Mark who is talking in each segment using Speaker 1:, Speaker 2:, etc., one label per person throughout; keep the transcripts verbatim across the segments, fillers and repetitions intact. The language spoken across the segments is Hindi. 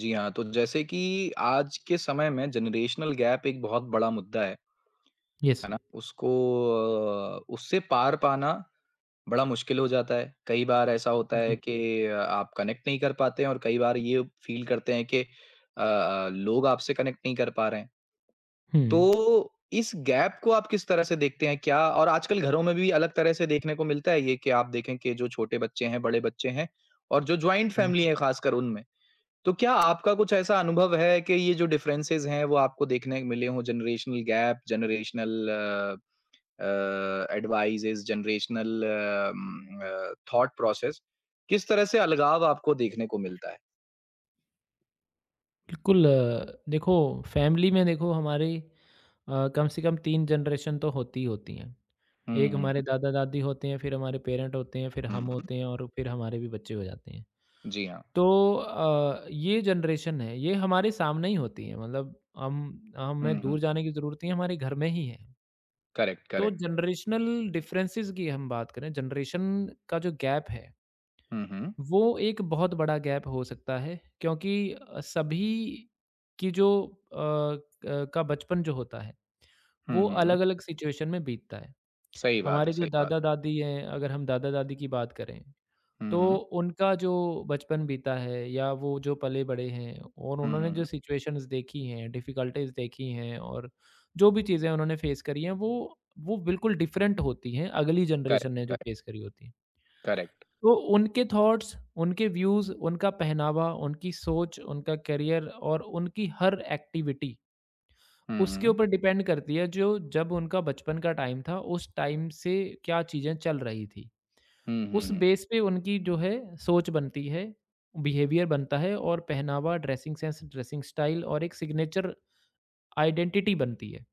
Speaker 1: जी हाँ, तो जैसे कि आज के समय में जनरेशनल गैप एक बहुत बड़ा मुद्दा है,
Speaker 2: यस।
Speaker 1: है ना? उसको अ, उससे पार पाना बड़ा मुश्किल हो जाता है। कई बार ऐसा होता है
Speaker 2: जी।
Speaker 1: कि अ, आप कनेक्ट नहीं कर पाते हैं और कई बार ये फ़ील करते हैं कि अ अ, लोग आपसे कनेक्ट नहीं कर पा रहे हैं।
Speaker 2: हुँ,
Speaker 1: तो इस गैप को आप किस तरह से देखते हैं? क्या और आजकल घरों में भी अलग तरह से देखने को मिलता है ये कि आप देखें कि जो छोटे बच्चे हैं, बड़े बच्चे हैं और जो जॉइंट
Speaker 2: हुँ।
Speaker 1: फ़ैमिली है ख़ासकर उनमें। तो क्या आपका कुछ ऐसा अनुभव है कि ये जो डिफरेंसेस हैं वो आपको देखने को मिले हों generational gap, generational uh uh, advices, generational um, uh, thought process किस तरह से अलगाव आपको देखने को मिलता है?
Speaker 2: बिल्कुल अ, देखो फैमिली में देखो हमारी अ, कम से कम तीन जनरेशन तो होती ही होती हैं।
Speaker 1: हुँ,
Speaker 2: एक
Speaker 1: हुँ,
Speaker 2: हमारे दादा-दादी होते हैं, फिर हमारे पेरेंट होते हैं, फिर
Speaker 1: हुँ,
Speaker 2: हम
Speaker 1: हुँ,
Speaker 2: होते हैं और फिर हमारे भी बच्चे हो जाते हैं।
Speaker 1: जी हाँ।
Speaker 2: तो अ, ये जनरेशन है, ये हमारे सामने ही होती है मतलब हम हमें
Speaker 1: हुँ, हुँ,
Speaker 2: दूर जाने की ज़रूरत नहीं है, हमारे घर में ही है।
Speaker 1: करेक्ट,
Speaker 2: तो
Speaker 1: करेक्ट।
Speaker 2: जनरेशनल डिफरेंसेज़ की हम बात करें, जनरेशन का जो गैप है
Speaker 1: हुँ, हुँ,
Speaker 2: वो एक बहुत बड़ा गैप हो सकता है क्योंकि अ, सभी की जो अ, क का बचपन जो होता है,
Speaker 1: हुँ,
Speaker 2: वो
Speaker 1: हुँ, हुँ,
Speaker 2: अलग-अलग सिचुएशन में बीतता है।
Speaker 1: सही बात है,
Speaker 2: हमारे जो
Speaker 1: सही बात है।
Speaker 2: दादा-दादी हैं, अगर हम दादा-दादी की बात करें,
Speaker 1: हुँ,
Speaker 2: तो
Speaker 1: हुँ,
Speaker 2: उनका जो बचपन बीता है या वो जो पले-बड़े हैं और
Speaker 1: हुँ, हुँ,
Speaker 2: उन्होंने
Speaker 1: हुँ,
Speaker 2: जो सिचुएशंस देखी हैं, डिफ़िकल्टीज़ देखी हैं और जो भी चीज़ें उन्होंने फ़ेस करी हैं, वो वो बिल्कुल डिफ़रेंट होती हैं, अगली
Speaker 1: करेक्ट,
Speaker 2: जनरेशन ने जो
Speaker 1: करेक्ट,
Speaker 2: फ़ेस करी होती हैं।
Speaker 1: करेक्ट।
Speaker 2: तो उनके थॉट्स, उनके व्यूज़, उनका पहनावा, उनकी सोच, उनका करियर और उनकी हर एक्टिविटी
Speaker 1: हुँ,
Speaker 2: उसके
Speaker 1: हुँ,
Speaker 2: ऊपर डिपेंड करती है जो जब उनका बचपन का टाइम था, उस टाइम से क्या चीज़ें चल रही थी।
Speaker 1: हुँ, हुँ,
Speaker 2: उस
Speaker 1: हुँ,
Speaker 2: बेस पे उनकी जो है सोच बनती है, बिहेवियर बनता है और पहनावा, ड्रेसिंग सेंस, ड्रेसिंग स्टाइल और एक सिग्नेचर आइडेंटिटी बनती है।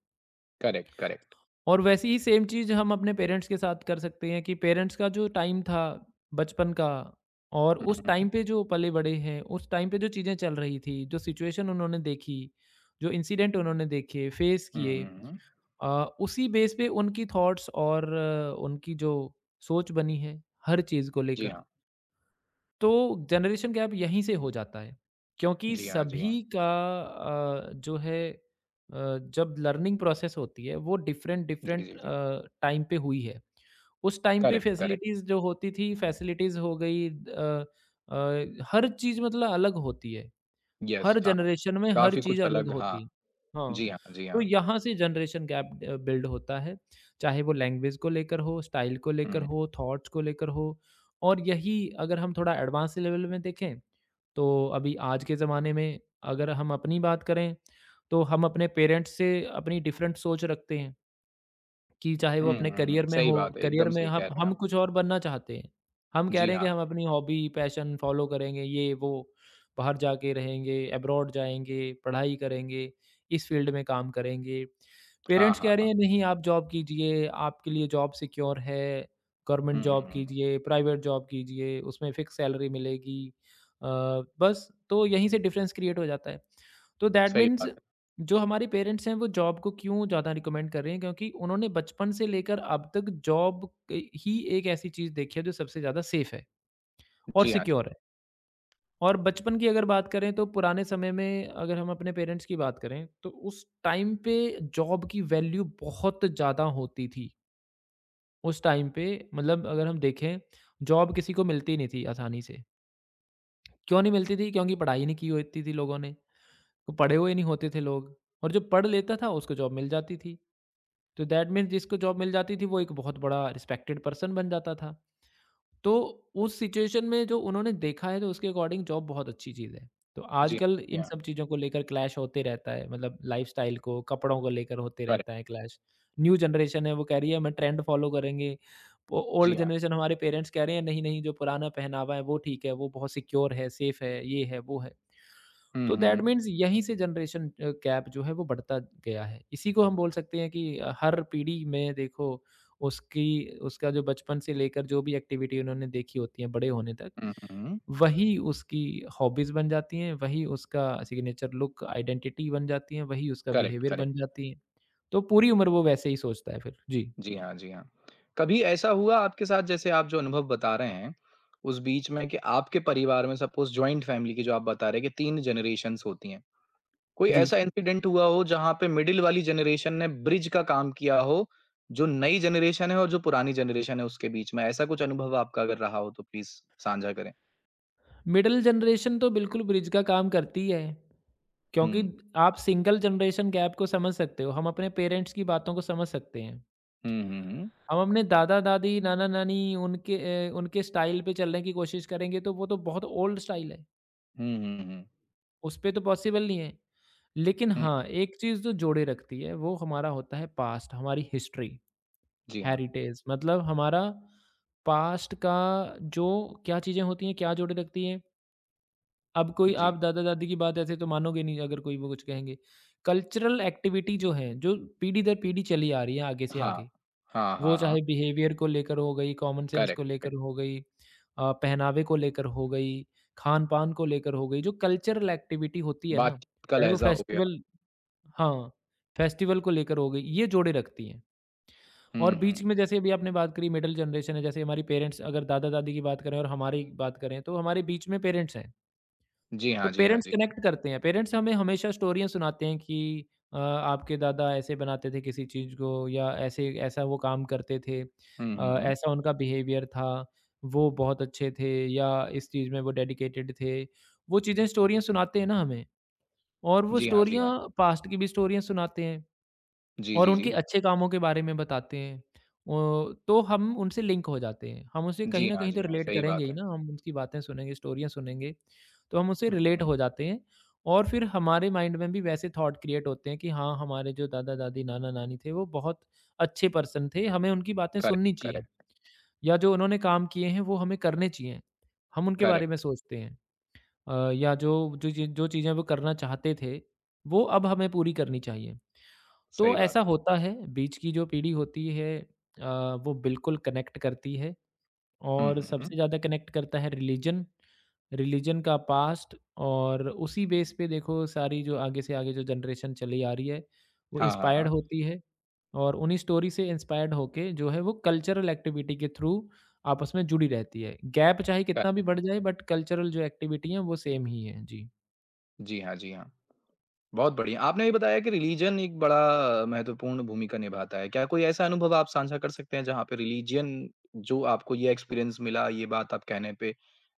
Speaker 1: Correct, correct.
Speaker 2: और वैसी ही सेम चीज़ हम अपने पेरेंट्स के साथ कर सकते हैं कि पेरेंट्स का जो टाइम था बचपन का और उस
Speaker 1: हुँ, हुँ,
Speaker 2: टाइम पे जो पले-बड़े हैं, उस टाइम पे जो चीज़ें चल रही थी, जो सिचुएशन उन्होंने देखी, जो इंसिडेंट उन्होंने देखे, फेस
Speaker 1: हुँ, हुँ,
Speaker 2: किए
Speaker 1: हुँ, हुँ,
Speaker 2: अ, उसी बेस पे उनकी थॉट्स और अ, उनकी जो सोच बनी है, हर चीज़ को
Speaker 1: जी
Speaker 2: लेकर।
Speaker 1: हाँ,
Speaker 2: तो जनरेशन गैप यहीं से हो जाता है क्योंकि
Speaker 1: जी हाँ, जी
Speaker 2: सभी
Speaker 1: हाँ।
Speaker 2: का अ, जो है अ, जब लर्निंग प्रोसेस होती है वो डिफरेंट
Speaker 1: जी,
Speaker 2: डिफरेंट
Speaker 1: जी, जी।
Speaker 2: टाइम पे हुई है उस टाइम पे
Speaker 1: करेक्ट, करेक्ट।
Speaker 2: फैसिलिटीज़ जो होती थी फैसिलिटीज़ हो गई अ, अ, हर चीज़ मतलब अलग होती है
Speaker 1: यस,
Speaker 2: हर
Speaker 1: हाँ।
Speaker 2: जनरेशन में हर
Speaker 1: काफ़ी कुछ
Speaker 2: चीज़ अलग
Speaker 1: अलग हाँ।
Speaker 2: होती है। हाँ,
Speaker 1: जी हाँ, जी
Speaker 2: तो
Speaker 1: हाँ।
Speaker 2: यहाँ से जनरेशन गैप अ, बिल्ड होता है, चाहे वो लैंग्वेज को लेकर हो, स्टाइल को लेकर
Speaker 1: हुँ।
Speaker 2: हो, थॉट्स को लेकर हो और यही अगर हम थोड़ा एडवांस लेवल में देखें, तो अभी आज के ज़माने में अगर हम अपनी बात करें, तो हम अपने पेरेंट्स से अपनी डिफरेंट सोच रखते हैं। कि चाहे वो
Speaker 1: हुँ,
Speaker 2: अपने
Speaker 1: हुँ, हुँ।
Speaker 2: करियर में
Speaker 1: सही
Speaker 2: हो,
Speaker 1: बात है,
Speaker 2: करियर
Speaker 1: एकदम
Speaker 2: में
Speaker 1: सही कह
Speaker 2: हम
Speaker 1: रहे हैं
Speaker 2: हम
Speaker 1: आप।
Speaker 2: कुछ और बनना चाहते हैं। हम कह
Speaker 1: जी
Speaker 2: रहे हैं कि
Speaker 1: हाँ।
Speaker 2: हम अपनी हॉबी, पैशन फॉलो करेंगे, ये वो, बाहर जाके रहेंगे, अब्रॉड जाएँगे, पढ़ाई करेंगे, इस फ़ील्ड में काम करेंगे।
Speaker 1: हाँ,
Speaker 2: पेरेंट्स
Speaker 1: हाँ,
Speaker 2: कह
Speaker 1: हाँ।
Speaker 2: रहे हैं नहीं आप जॉब कीजिए, आपके लिए जॉब सिक्योर है, गवर्नमेंट
Speaker 1: हुँ, हुँ,
Speaker 2: जॉब
Speaker 1: हुँ।
Speaker 2: कीजिए, प्राइवेट जॉब कीजिए, उसमें फ़िक्स सैलरी मिलेगी। अ, बस तो यहीं से डिफरेंस क्रिएट हो जाता है। तो दैट
Speaker 1: सही
Speaker 2: मीन्स
Speaker 1: बात है।
Speaker 2: जो हमारे पेरेंट्स हैं वो जॉब को क्यों ज़्यादा रिकमेंड कर रहे हैं क्योंकि उन्होंने बचपन से लेकर अब तक जॉब क- ही एक ऐसी चीज़ देखी है जो सबसे ज़्यादा सेफ है और
Speaker 1: जी हाँ, जी।
Speaker 2: सिक्योर है और बचपन की अगर बात करें तो पुराने समय में अगर हम अपने पेरेंट्स की बात करें तो उस टाइम पे जॉब की वैल्यू बहुत ज़्यादा होती थी उस टाइम पे मतलब अगर हम देखें जॉब किसी को मिलती नहीं थी आसानी से क्यों नहीं मिलती थी क्योंकि पढ़ाई नहीं की होती थी लोगों ने तो पढ़े हुए नहीं होते थे लोग और जो पढ़ लेता था उसको जॉब मिल जाती थी तो दैट मीन्स जिसको जॉब मिल जाती थी वो एक बहुत बड़ा रिस्पेक्टेड पर्सन बन जाता था। तो उस सिचुएशन में जो उन्होंने देखा है तो उसके अकॉर्डिंग जॉब बहुत अच्छी चीज़ है। तो
Speaker 1: जी,
Speaker 2: आजकल
Speaker 1: जी
Speaker 2: इन
Speaker 1: हाँ।
Speaker 2: सब चीज़ों को लेकर क्लैश होते रहता है मतलब लाइफ़स्टाइल को, कपड़ों को लेकर होते रहता
Speaker 1: करेक्ट।
Speaker 2: है क्लैश। न्यू जनरेशन है वो कह रही है हमें ट्रेंड फ़ॉलो करेंगे। ओ
Speaker 1: जी
Speaker 2: ओल्ड
Speaker 1: हाँ।
Speaker 2: जनरेशन हमारे पेरेंट्स कह रहे हैं नहीं, नहीं जो पुराना पहनावा है वो ठीक है, वो बहुत सिक्योर है, सेफ है, ये है, वो है।
Speaker 1: हुँ,
Speaker 2: तो
Speaker 1: हुँ, हुँ।
Speaker 2: दैट मीन्स यहीं से जनरेशन अ, गैप जो है वो बढ़ता गया है। इसी को हम बोल सकते हैं कि अ, हर पीढ़ी में देखो उसकी उसका जो बचपन से लेकर जो भी एक्टिविटी उन्होंने देखी होती है बड़े होने तक,
Speaker 1: हुँ, हुँ, हुँ।
Speaker 2: वही उसकी हॉबीज़ बन जाती हैं, वही उसका सिग्नेचर लुक, आइडेंटिटी बन जाती है, वही उसका
Speaker 1: करेक्ट,
Speaker 2: बिहेवियर बन
Speaker 1: करेक्ट।
Speaker 2: जाती है। तो पूरी उम्र वो वैसे ही सोचता है फिर। जी,
Speaker 1: जी हाँ, जी हाँ। कभी ऐसा हुआ आपके साथ जैसे आप जो अनुभव बता रहे हैं, उस बीच में कि आपके परिवार में सपोज़ जॉइंट फैमिली की जो आप बता रहे हैं कि तीन जनरेशंस होती हैं। कोई
Speaker 2: जी।
Speaker 1: ऐसा इंसिडेंट हुआ हो जहाँ पे मिडिल वाली जनरेशन ने ब्रिज का काम किया हो, जो नई जनरेशन है और जो पुरानी जनरेशन है उसके बीच में? ऐसा कुछ अनुभव आपका अगर रहा हो तो प्लीज़ साझा करें।
Speaker 2: मिडल जनरेशन तो बिल्कुल ब्रिज का काम करती है, क्योंकि
Speaker 1: हुँ।
Speaker 2: आप सिंगल जनरेशन गैप को समझ सकते हो। हम अपने पेरेंट्स की बातों को समझ सकते हैं।
Speaker 1: हुँ, हुँ, हुँ।
Speaker 2: हम अपने दादा-दादी, नाना-नानी उनके ए, उनके स्टाइल पे चलने की कोशिश करेंगे तो वो तो बहुत ओल्ड स्टाइल है,
Speaker 1: हुँ, हुँ, हुँ।
Speaker 2: उस पे तो पॉसिबल नहीं है। लेकिन
Speaker 1: हुँ,
Speaker 2: हाँ, एक चीज़ जो जोड़े रखती है वो हमारा होता है पास्ट, हमारी हिस्ट्री,
Speaker 1: जी हाँ।
Speaker 2: हेरिटेज मतलब हमारा पास्ट का जो क्या चीज़ें होती हैं, क्या जोड़े रखती हैं? अब कोई आप
Speaker 1: जी।
Speaker 2: दादा-दादी की बात ऐसे तो मानोगे नहीं अगर कोई वो कुछ कहेंगे। कल्चरल एक्टिविटी जो है, जो पीढ़ी दर पीढ़ी चली आ रही है आगे से
Speaker 1: हाँ।
Speaker 2: आगे,
Speaker 1: हाँ,
Speaker 2: वो
Speaker 1: हाँ, हाँ।
Speaker 2: चाहे बिहेवियर को लेकर हो गई, कॉमन सेंस
Speaker 1: करेक्ट,
Speaker 2: को लेकर
Speaker 1: करेक्ट।
Speaker 2: हो गई अ, पहनावे को लेकर हो गई, खान-पान को लेकर हो गई, जो कल्चरल एक्टिविटी होती है ना,
Speaker 1: बातचीत का
Speaker 2: चाहे वो
Speaker 1: लहज़ा हो गया।
Speaker 2: फेस्टिवल हाँ, फेस्टिवल को लेकर हो गई, ये जोड़े रखती हैं।
Speaker 1: हुँ,
Speaker 2: और
Speaker 1: हुँ।
Speaker 2: बीच में जैसे अभी आपने बात करी मिडल जनरेशन है, जैसे हमारी पेरेंट्स अगर दादा-दादी की बात करें और हमारी बात करें, तो हमारे बीच में पेरेंट्स हैं।
Speaker 1: जी हाँ,
Speaker 2: तो
Speaker 1: जी हाँ,
Speaker 2: पेरेंट्स
Speaker 1: जी हाँ।
Speaker 2: कनेक्ट करते हैं, पेरेंट्स हमें हमेशा स्टोरियाँ सुनाते हैं कि अ, आपके दादा ऐसे बनाते थे किसी चीज़ को या ऐसे ऐसा वो काम करते थे
Speaker 1: हुँ, हुँ,
Speaker 2: अ,
Speaker 1: हुँ।
Speaker 2: ऐसा उनका बिहेवियर था, वो बहुत अच्छे थे या इस चीज़ में वो डेडिकेटेड थे। वो चीज़ें स्टोरियाँ सुनाते हैं ना हमें और वो
Speaker 1: जी हाँ, जी
Speaker 2: स्टोरियाँ
Speaker 1: हाँ।
Speaker 2: पास्ट की भी स्टोरियाँ सुनाते हैं।
Speaker 1: जी,
Speaker 2: और
Speaker 1: जी, जी।
Speaker 2: उनके अच्छे कामों के बारे में बताते हैं अ, तो हम उनसे लिंक हो जाते हैं। हम उनसे कहीं
Speaker 1: जी
Speaker 2: न
Speaker 1: हाँ,
Speaker 2: कहीं तो
Speaker 1: जी हाँ।
Speaker 2: रिलेट
Speaker 1: सही
Speaker 2: करेंगे
Speaker 1: बात
Speaker 2: ही
Speaker 1: है।
Speaker 2: ना, हम उनकी बातें सुनेंगे, स्टोरियाँ सुनेंगे, तो हम उससे
Speaker 1: हुँ,
Speaker 2: रिलेट हो जाते हैं और फिर हमारे माइंड में भी वैसे थॉट क्रिएट होते हैं कि हाँ, हमारे जो दादा-दादी, नाना-नानी थे, वो बहुत अच्छे पर्सन थे, हमें उनकी बातें
Speaker 1: करेक्ट,
Speaker 2: सुननी चाहिए
Speaker 1: करेक्ट,
Speaker 2: या जो उन्होंने काम किए हैं, वो हमें करने चाहिए। हम उनके बारे में
Speaker 1: करेक्ट।
Speaker 2: सोचते हैं अ, या जो जो चीज़ जो चीज़ें वो करना चाहते थे, वो अब हमें पूरी करनी चाहिए।
Speaker 1: सही
Speaker 2: तो
Speaker 1: बात।
Speaker 2: ऐसा होता है, बीच की जो पीढ़ी होती है अ, वो बिल्कुल कनेक्ट करती है
Speaker 1: हुँ,
Speaker 2: और
Speaker 1: हुँ, हुँ।
Speaker 2: सबसे ज़्यादा कनेक्ट करता है रिलीजन, रिलीजन का पास्ट और उसी बेस पे देखो सारी जो आगे से आगे जो जनरेशन चली आ रही है, वो
Speaker 1: हाँ, हाँ,
Speaker 2: इंस्पायर्ड
Speaker 1: हाँ।
Speaker 2: होती है और उन्हीं स्टोरी से इंस्पायर्ड होके जो है वो कल्चरल एक्टिविटी के थ्रू आपस में जुड़ी रहती है। गैप चाहे कितना भी बढ़ जाए बट कल्चरल जो एक्टिविटी है वो सेम ही है। जी।
Speaker 1: जी हाँ, जी हाँ। बहुत बढ़िया। आपने ये बताया कि रिलीजन एक बड़ा महत्वपूर्ण भूमिका निभाता है। क्या कोई ऐसा अनुभव आप साझा कर सकते हैं जहाँ पे रिलीजन जो आपको ये एक्सपीरियंस मिला, ये बात आप कहने पे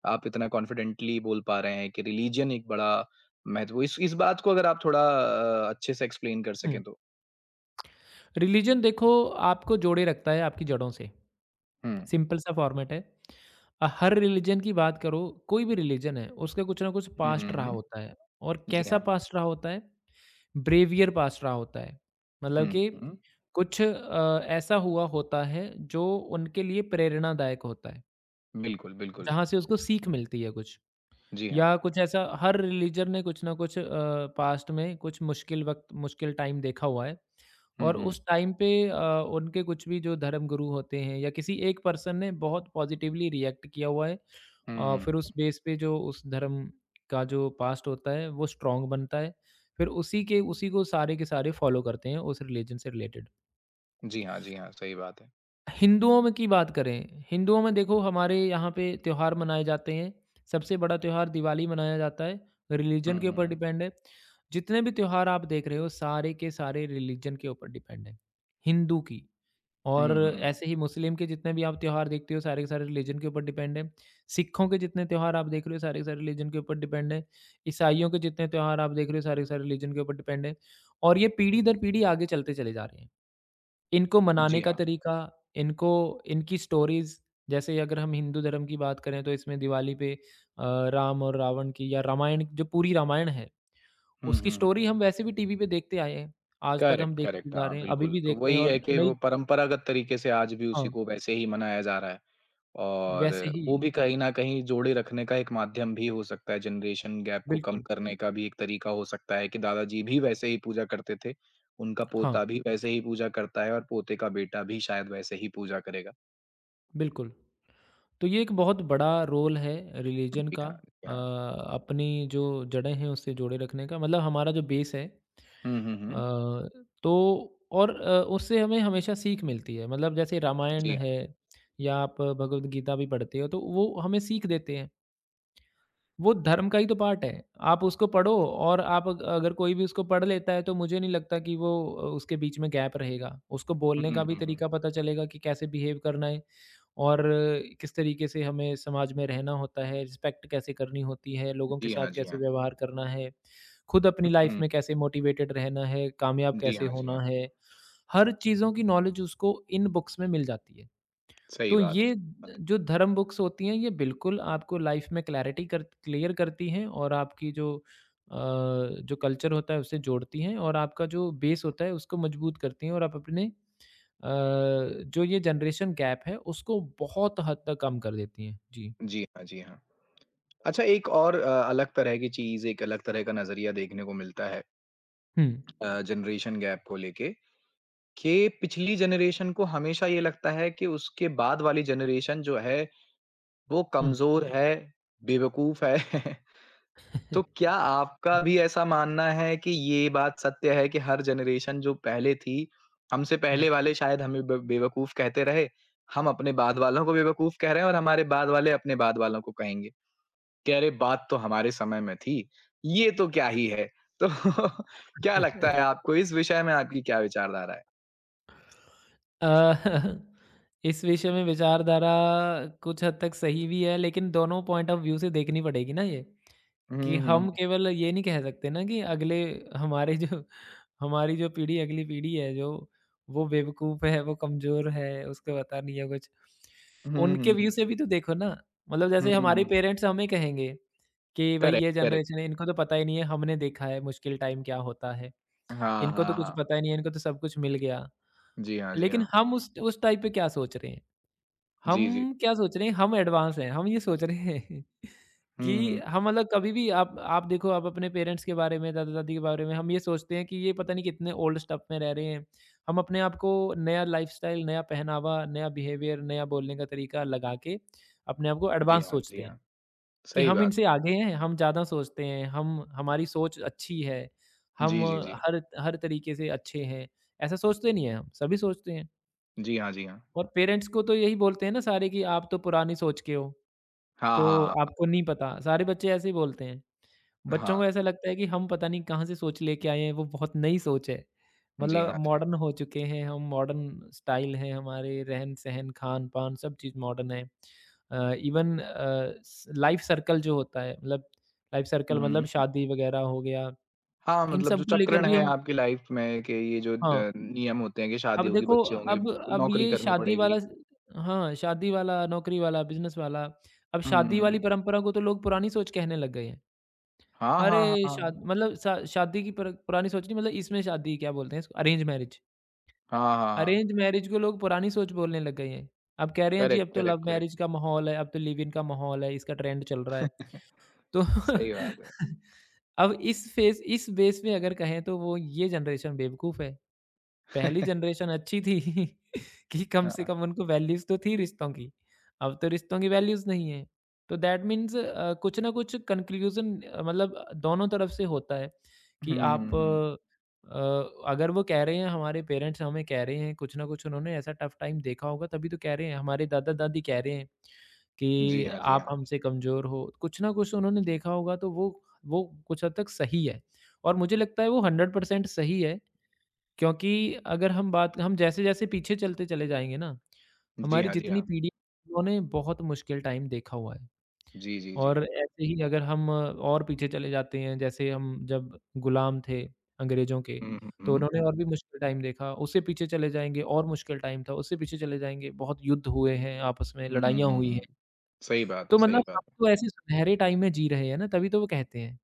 Speaker 1: आप इतना कॉन्फिडेंटली बोल पा रहे हैं कि रिलीजन एक बड़ा महत्व इस इस बात को अगर आप थोड़ा अ, अच्छे से एक्सप्लेन कर
Speaker 2: हुँ,
Speaker 1: सकें तो?
Speaker 2: रिलीजन देखो आपको जोड़े रखता है आपकी जड़ों से।
Speaker 1: हुँ।
Speaker 2: सिंपल सा फॉर्मेट है। अ, हर रिलीजन की बात करो, कोई भी रिलीजन है, उसका कुछ ना कुछ
Speaker 1: हुँ,
Speaker 2: पास्ट रहा
Speaker 1: हुँ, हुँ।
Speaker 2: होता है और
Speaker 1: जी
Speaker 2: कैसा
Speaker 1: हाँ।
Speaker 2: पास्ट रहा होता है? ब्रेवियर पास्ट रहा होता है। मतलब
Speaker 1: हुँ,
Speaker 2: कि
Speaker 1: हुँ।
Speaker 2: कुछ अ, ऐसा हुआ होता है जो उनके लिए प्रेरणादायक होता है,
Speaker 1: बिल्कुल, बिल्कुल।
Speaker 2: जहाँ से उसको सीख मिलती है कुछ।
Speaker 1: जी हाँ।
Speaker 2: या कुछ ऐसा हर रिलीजन ने कुछ ना कुछ अ, पास्ट में कुछ मुश्किल वक़्त मुश्किल टाइम देखा हुआ है
Speaker 1: हुँ,
Speaker 2: और
Speaker 1: हुँ।
Speaker 2: उस टाइम पे अ, उनके कुछ भी जो धर्मगुरु होते हैं या किसी एक पर्सन ने बहुत पॉजिटिवली रिएक्ट किया हुआ है अ,
Speaker 1: हुँ,
Speaker 2: फिर
Speaker 1: हुँ।
Speaker 2: उस बेस पे जो उस धर्म का जो पास्ट होता है वो स्ट्रॉन्ग बनता है। फिर उसी के उसी को सारे के सारे फॉलो करते हैं उस रिलीजन से रिलेटेड।
Speaker 1: जी हाँ, जी हाँ। सही बात है।
Speaker 2: हिंदुओं में की बात करें, हिंदुओं में देखो हमारे यहाँ पे त्योहार मनाए जाते हैं। सबसे बड़ा त्योहार दिवाली मनाया जाता है,
Speaker 1: हुँ,
Speaker 2: रिलीजन के
Speaker 1: हुँ,
Speaker 2: ऊपर
Speaker 1: हुँ।
Speaker 2: डिपेंड है। जितने भी त्योहार आप देख रहे हो सारे के सारे रिलीजन के ऊपर डिपेंड है, हिंदू की।
Speaker 1: हुँ,
Speaker 2: और
Speaker 1: हुँ, हुँ।
Speaker 2: ऐसे ही मुस्लिम के जितने भी आप त्योहार देखते हो सारे के सारे रिलीजन के ऊपर डिपेंड है। सिखों के जितने त्योहार आप देख रहे हो सारे के सारे रिलीजन के ऊपर डिपेंड है। ईसाइयों के जितने त्योहार आप देख रहे हो सारे के सारे रिलीजन के ऊपर डिपेंड है। और ये पीढ़ी दर पीढ़ी आगे चलते चले जा रहे हैं। इनको मनाने
Speaker 1: जी
Speaker 2: का
Speaker 1: हाँ।
Speaker 2: तरीका, इनको इनकी स्टोरीज़ जैसे अगर हम हिंदू धर्म की बात करें तो इसमें दिवाली पे अ, राम और रावण की या रामायण जो पूरी रामायण है,
Speaker 1: हुँ,
Speaker 2: उसकी
Speaker 1: हुँ, हुँ।
Speaker 2: स्टोरी हम वैसे भी टीवी पे देखते आए हैं। आज तक हम
Speaker 1: करेक्ट,
Speaker 2: देखते
Speaker 1: करेक्ट।
Speaker 2: जा
Speaker 1: हाँ,
Speaker 2: रहे हैं, अभी
Speaker 1: बिल्कुल।
Speaker 2: भी
Speaker 1: तो
Speaker 2: देखते हैं
Speaker 1: वही है
Speaker 2: और
Speaker 1: कि
Speaker 2: नई
Speaker 1: वो परंपरागत तरीके से आज भी
Speaker 2: हाँ,
Speaker 1: उसी को वैसे ही मनाया जा रहा है और
Speaker 2: वैसे ही
Speaker 1: वो भी कहीं न कहीं जोड़े रखने का एक माध्यम भी हो सकता है, जनरेशन गैप को कम
Speaker 2: बिल्कुल,
Speaker 1: करने का भी एक तरीका हो सकता है कि दादाजी भी वैसे ही पूजा करते थे, उनका
Speaker 2: हाँ,
Speaker 1: पोता भी वैसे ही पूजा करता है और पोते का बेटा भी शायद वैसे ही पूजा करेगा।
Speaker 2: बिल्कुल। तो ये एक बहुत बड़ा रोल है रिलीजन
Speaker 1: जी
Speaker 2: का
Speaker 1: हाँ, जी
Speaker 2: अ,
Speaker 1: हाँ।
Speaker 2: अपनी जो जड़ें हैं उससे जोड़े रखने का मतलब हमारा जो बेस है
Speaker 1: हुँ, हुँ, हुँ।
Speaker 2: अ, तो और अ, उससे हमें हमेशा सीख मिलती है मतलब जैसे रामायण
Speaker 1: जी हाँ।
Speaker 2: है या आप भगवद गीता भी पढ़ते हो तो वो हमें सीख देते हैं। वो धर्म का ही तो पार्ट है। आप उसको पढ़ो और आप अग अगर कोई भी उसको पढ़ लेता है तो मुझे नहीं लगता कि वो अ, उसके बीच में गैप रहेगा। उसको
Speaker 1: हुँ,
Speaker 2: बोलने का भी
Speaker 1: हुँ, हुँ।
Speaker 2: तरीका पता चलेगा कि कैसे बिहेव करना है और अ, किस तरीके से हमें समाज में रहना होता है, रिस्पेक्ट कैसे करनी होती है, लोगों के
Speaker 1: जी
Speaker 2: साथ
Speaker 1: हाँ, जी
Speaker 2: कैसे
Speaker 1: हाँ।
Speaker 2: व्यवहार करना है, खुद अपनी लाइफ़
Speaker 1: हुँ।
Speaker 2: में कैसे मोटिवेटेड रहना है, कामयाब
Speaker 1: जी
Speaker 2: कैसे
Speaker 1: हाँ, जी
Speaker 2: होना
Speaker 1: हाँ।
Speaker 2: है। हर चीज़ों की नॉलेज उसको इन बुक्स में मिल जाती है।
Speaker 1: सही
Speaker 2: तो
Speaker 1: बात है,
Speaker 2: ये
Speaker 1: सही बात है।
Speaker 2: जो धर्म बुक्स होती हैं ये बिल्कुल आपको लाइफ में क्लैरिटी कर क्लियर करती हैं और आपकी जो अ, जो कल्चर होता है उससे जोड़ती हैं और आपका जो बेस होता है उसको मजबूत करती हैं और आप अपने अ, जो ये जनरेशन गैप है उसको बहुत हद तक कम कर देती हैं। जी।
Speaker 1: जी हाँ, जी हाँ। अच्छा एक और अ, अलग तरह की चीज़, एक अलग तरह का नज़रिया देखने को मिलता है
Speaker 2: हुँ,
Speaker 1: अ, जनरेशन गैप को लेके कि पिछली जनरेशन को हमेशा ये लगता है कि उसके बाद वाली जनरेशन जो है वो
Speaker 2: हुँ।
Speaker 1: कमज़ोर है, बेवकूफ़ है। तो क्या आपका भी ऐसा मानना है कि ये बात सत्य है कि हर जनरेशन जो पहले थी, हमसे
Speaker 2: हुँ।
Speaker 1: पहले वाले शायद हमें ब बेवकूफ़ कहते रहे, हम अपने बाद वालों को बेवकूफ़ कह रहे हैं और हमारे बाद वाले अपने बाद वालों को कहेंगे? कि अरे बात तो हमारे समय में थी, ये तो क्या ही है। तो क्या लगता है आपको इस विषय में आपकी क्या विचारधारा है?
Speaker 2: अ, इस विषय में विचारधारा कुछ हद तक सही भी है लेकिन दोनों पॉइंट ऑफ व्यू से देखनी पड़ेगी ना ये। कि
Speaker 1: हुँ, हुँ,
Speaker 2: हम केवल ये नहीं कह सकते ना कि अगले हमारे जो हमारी जो पीढ़ी अगली पीढ़ी है जो वो बेवकूफ़ है, वो कमज़ोर है, उसको पता नहीं है कुछ।
Speaker 1: हुँ,
Speaker 2: उनके
Speaker 1: हुँ,
Speaker 2: व्यू
Speaker 1: हुँ।
Speaker 2: से भी तो देखो ना, मतलब
Speaker 1: हुँ,
Speaker 2: जैसे हमारे
Speaker 1: हुँ।
Speaker 2: पेरेंट्स हमें कहेंगे कि भई
Speaker 1: करेक्ट,
Speaker 2: ये
Speaker 1: करेक्ट।
Speaker 2: जनरेशन है इनको तो पता ही नहीं है, हमने देखा है मुश्किल टाइम क्या होता है।
Speaker 1: हाँ,
Speaker 2: इनको तो
Speaker 1: हाँ,
Speaker 2: कुछ
Speaker 1: हाँ।
Speaker 2: पता ही नहीं है, इनको तो सब कुछ मिल गया।
Speaker 1: जी हाँ, जी
Speaker 2: लेकिन
Speaker 1: हाँ।
Speaker 2: हम उस उस टाइम पे क्या सोच रहे हैं? हम
Speaker 1: जी, जी।
Speaker 2: क्या सोच रहे हैं, हम एडवांस हैं। हम ये सोच रहे हैं कि
Speaker 1: हुँ, हुँ।
Speaker 2: हम मतलब कभी भी आप आप देखो आप अपने पेरेंट्स के बारे में, दादा-दादी के बारे में हम ये सोचते हैं कि ये पता नहीं कितने ओल्ड स्टफ में रह रहे हैं। हम अपने आप को नया लाइफ़स्टाइल, नया पहनावा, नया बिहेवियर, नया बोलने का तरीका लगा के अपने आप को
Speaker 1: जी
Speaker 2: एडवांस
Speaker 1: हाँ, जी
Speaker 2: सोचते हैं
Speaker 1: हाँ।
Speaker 2: कि
Speaker 1: सही
Speaker 2: हम
Speaker 1: बात
Speaker 2: इनसे आगे हैं, हम ज़्यादा सोचते हैं, हम हमारी सोच अच्छी है,
Speaker 1: है।
Speaker 2: हम
Speaker 1: जी, जी, जी।
Speaker 2: हर हर तरीके से अच्छे हैं। ऐसा सोचते नहीं हैं हम, सभी सोचते हैं।
Speaker 1: जी हाँ, जी हाँ।
Speaker 2: और पेरेंट्स को तो यही बोलते हैं ना सारे कि आप तो पुरानी सोच के हो,
Speaker 1: हाँ,
Speaker 2: तो
Speaker 1: हाँ,
Speaker 2: आपको नहीं पता, सारे बच्चे ऐसे ही बोलते हैं।
Speaker 1: हाँ।
Speaker 2: बच्चों को
Speaker 1: हाँ।
Speaker 2: ऐसा लगता है कि हम पता नहीं कहाँ से सोच लेके आए हैं, वो बहुत नई सोच है।
Speaker 1: जी
Speaker 2: मतलब
Speaker 1: हाँ, जी
Speaker 2: मॉडर्न
Speaker 1: हाँ।
Speaker 2: हो चुके हैं हम, मॉडर्न स्टाइल है हमारे रहन-सहन, खान-पान सब चीज़ मॉडर्न है। अ, इवन अ, स लाइफ़ सर्कल जो होता है मतलब लाइफ़
Speaker 1: हुँ,
Speaker 2: सर्कल मतलब
Speaker 1: हुँ।
Speaker 2: शादी वगैरह हो गया,
Speaker 1: हाँ,
Speaker 2: इन
Speaker 1: मतलब
Speaker 2: सब
Speaker 1: जो
Speaker 2: को लेकर
Speaker 1: चक्रण
Speaker 2: भी
Speaker 1: है
Speaker 2: हम
Speaker 1: आपकी लाइफ़ में कि ये जो
Speaker 2: हाँ।
Speaker 1: द नियम होते हैं कि शादी
Speaker 2: अब
Speaker 1: होगी,
Speaker 2: देखो
Speaker 1: बच्चे होंगे,
Speaker 2: अब अब
Speaker 1: नौकरी
Speaker 2: ये
Speaker 1: करनी
Speaker 2: शादी
Speaker 1: पड़ेगी।
Speaker 2: वाला स हाँ, शादी वाला, नौकरी वाला, बिज़नेस वाला, अब
Speaker 1: हुँ,
Speaker 2: शादी वाली
Speaker 1: हुँ।
Speaker 2: परंपरा को तो लोग पुरानी सोच कहने लग गए हैं।
Speaker 1: हाँ,
Speaker 2: अरे!
Speaker 1: हाँ, हाँ। हाँ।
Speaker 2: शाद मतलब शा शादी की पर पुरानी सोच नहीं मतलब इसमें शादी क्या बोलते हैं इसको अरेंज मैरेज।
Speaker 1: हाँ, हाँ।
Speaker 2: अरेंज मैरेज को लोग पुरानी सोच बोलने लग गए हैं। अब कह रहे हैं जी
Speaker 1: करेक्ट,
Speaker 2: अब तो लव
Speaker 1: करेक्ट, करेक्ट।
Speaker 2: मैरेज का माहौल है, अब तो लिव इन का माहौल है, इसका ट्रेंड चल रहा है। तो
Speaker 1: सही बात है।
Speaker 2: अब इस फेस इस बेस में अगर कहें तो वो ये जनरेशन बेवकूफ़ है। पहली जनरेशन अच्छी थी कि कम से
Speaker 1: हाँ।
Speaker 2: कम उनको वैल्यूज़ तो थी रिश्तों की, अब तो रिश्तों की वैल्यूज़ नहीं है। तो दैट मीन्स अ, कुछ ना कुछ कन्क्लूज़न अ, मतलब दोनों तरफ से होता है कि आप
Speaker 1: हुँ,
Speaker 2: अ, अगर वो कह रहे हैं हमारे पेरेंट्स हमें कह रहे हैं कुछ ना कुछ उन्होंने ऐसा टफ टाइम देखा होगा तभी तो कह रहे हैं, हमारे दादा-दादी कह रहे हैं
Speaker 1: जी
Speaker 2: कि
Speaker 1: हाँ, जी
Speaker 2: आप
Speaker 1: हाँ।
Speaker 2: हमसे कमज़ोर हो, कुछ ना कुछ उन्होंने देखा होगा तो वो वो कुछ हद तक सही है और मुझे लगता है वो हंड्रेड परसेंट सही है क्योंकि अगर हम बात हम जैसे-जैसे पीछे चलते चले जाएँगे ना,
Speaker 1: जी
Speaker 2: हमारी
Speaker 1: हाँ, जी
Speaker 2: जितनी
Speaker 1: हाँ।
Speaker 2: पीढ़ी है, उन्होंने बहुत मुश्किल टाइम देखा हुआ है
Speaker 1: जी, जी, जी।
Speaker 2: और ऐसे ही अगर हम और पीछे चले जाते हैं, जैसे हम जब गुलाम थे अंग्रेज़ों के,
Speaker 1: हुँ, हुँ,
Speaker 2: तो
Speaker 1: हुँ।
Speaker 2: उन्होंने और भी मुश्किल टाइम देखा, उससे पीछे चले जाएँगे और मुश्किल टाइम था, उससे पीछे चले जाएँगे, बहुत युद्ध हुए हैं, आपस में
Speaker 1: हुँ,
Speaker 2: लड़ाइयाँ
Speaker 1: हुँ,
Speaker 2: हुई हैं।
Speaker 1: हुँ। सही बात है,
Speaker 2: तो
Speaker 1: सही
Speaker 2: मतलब हम
Speaker 1: बात है।
Speaker 2: तो ऐसे सुनहरे टाइम में जी रहे हैं ना, तभी तो वो कहते हैं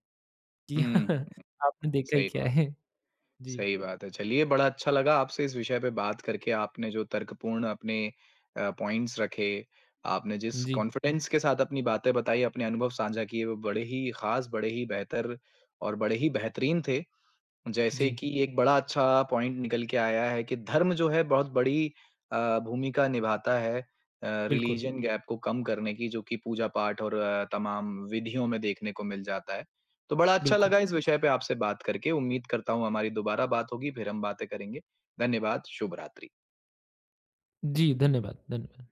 Speaker 2: कि
Speaker 1: हुँ,
Speaker 2: आपने देखा ही
Speaker 1: सही
Speaker 2: क्या
Speaker 1: बात
Speaker 2: है।
Speaker 1: है,
Speaker 2: जी,
Speaker 1: सही बात है। चलिए बड़ा अच्छा लगा आपसे इस विषय पे बात करके, आपने जो तर्कपूर्ण अपने अ, पॉइंट्स रखे, आपने जिस
Speaker 2: जी,
Speaker 1: कॉन्फिडेंस के साथ अपनी बातें बताई, अपने अनुभव साझा किए, वो बड़े ही ख़ास, बड़े ही बेहतर और बड़े ही बेहतरीन थे। जैसे
Speaker 2: जी।
Speaker 1: कि एक बड़ा अच्छा पॉइंट निकल के आया है कि धर्म जो है बहुत बड़ी अ, भूमिका निभाता है अ,
Speaker 2: बिल्कुल,
Speaker 1: रिलीजन गैप को कम करने की जो कि पूजा पाठ और अ, तमाम विधियों में देखने को मिल जाता है। तो बड़ा अच्छा
Speaker 2: बिल्कुल।
Speaker 1: लगा इस विषय पे आपसे बात करके। उम्मीद करता हूँ हमारी दोबारा बात होगी, फिर हम बातें करेंगे। धन्यवाद, शुभ रात्रि।
Speaker 2: जी, धन्यवाद, धन्यवाद।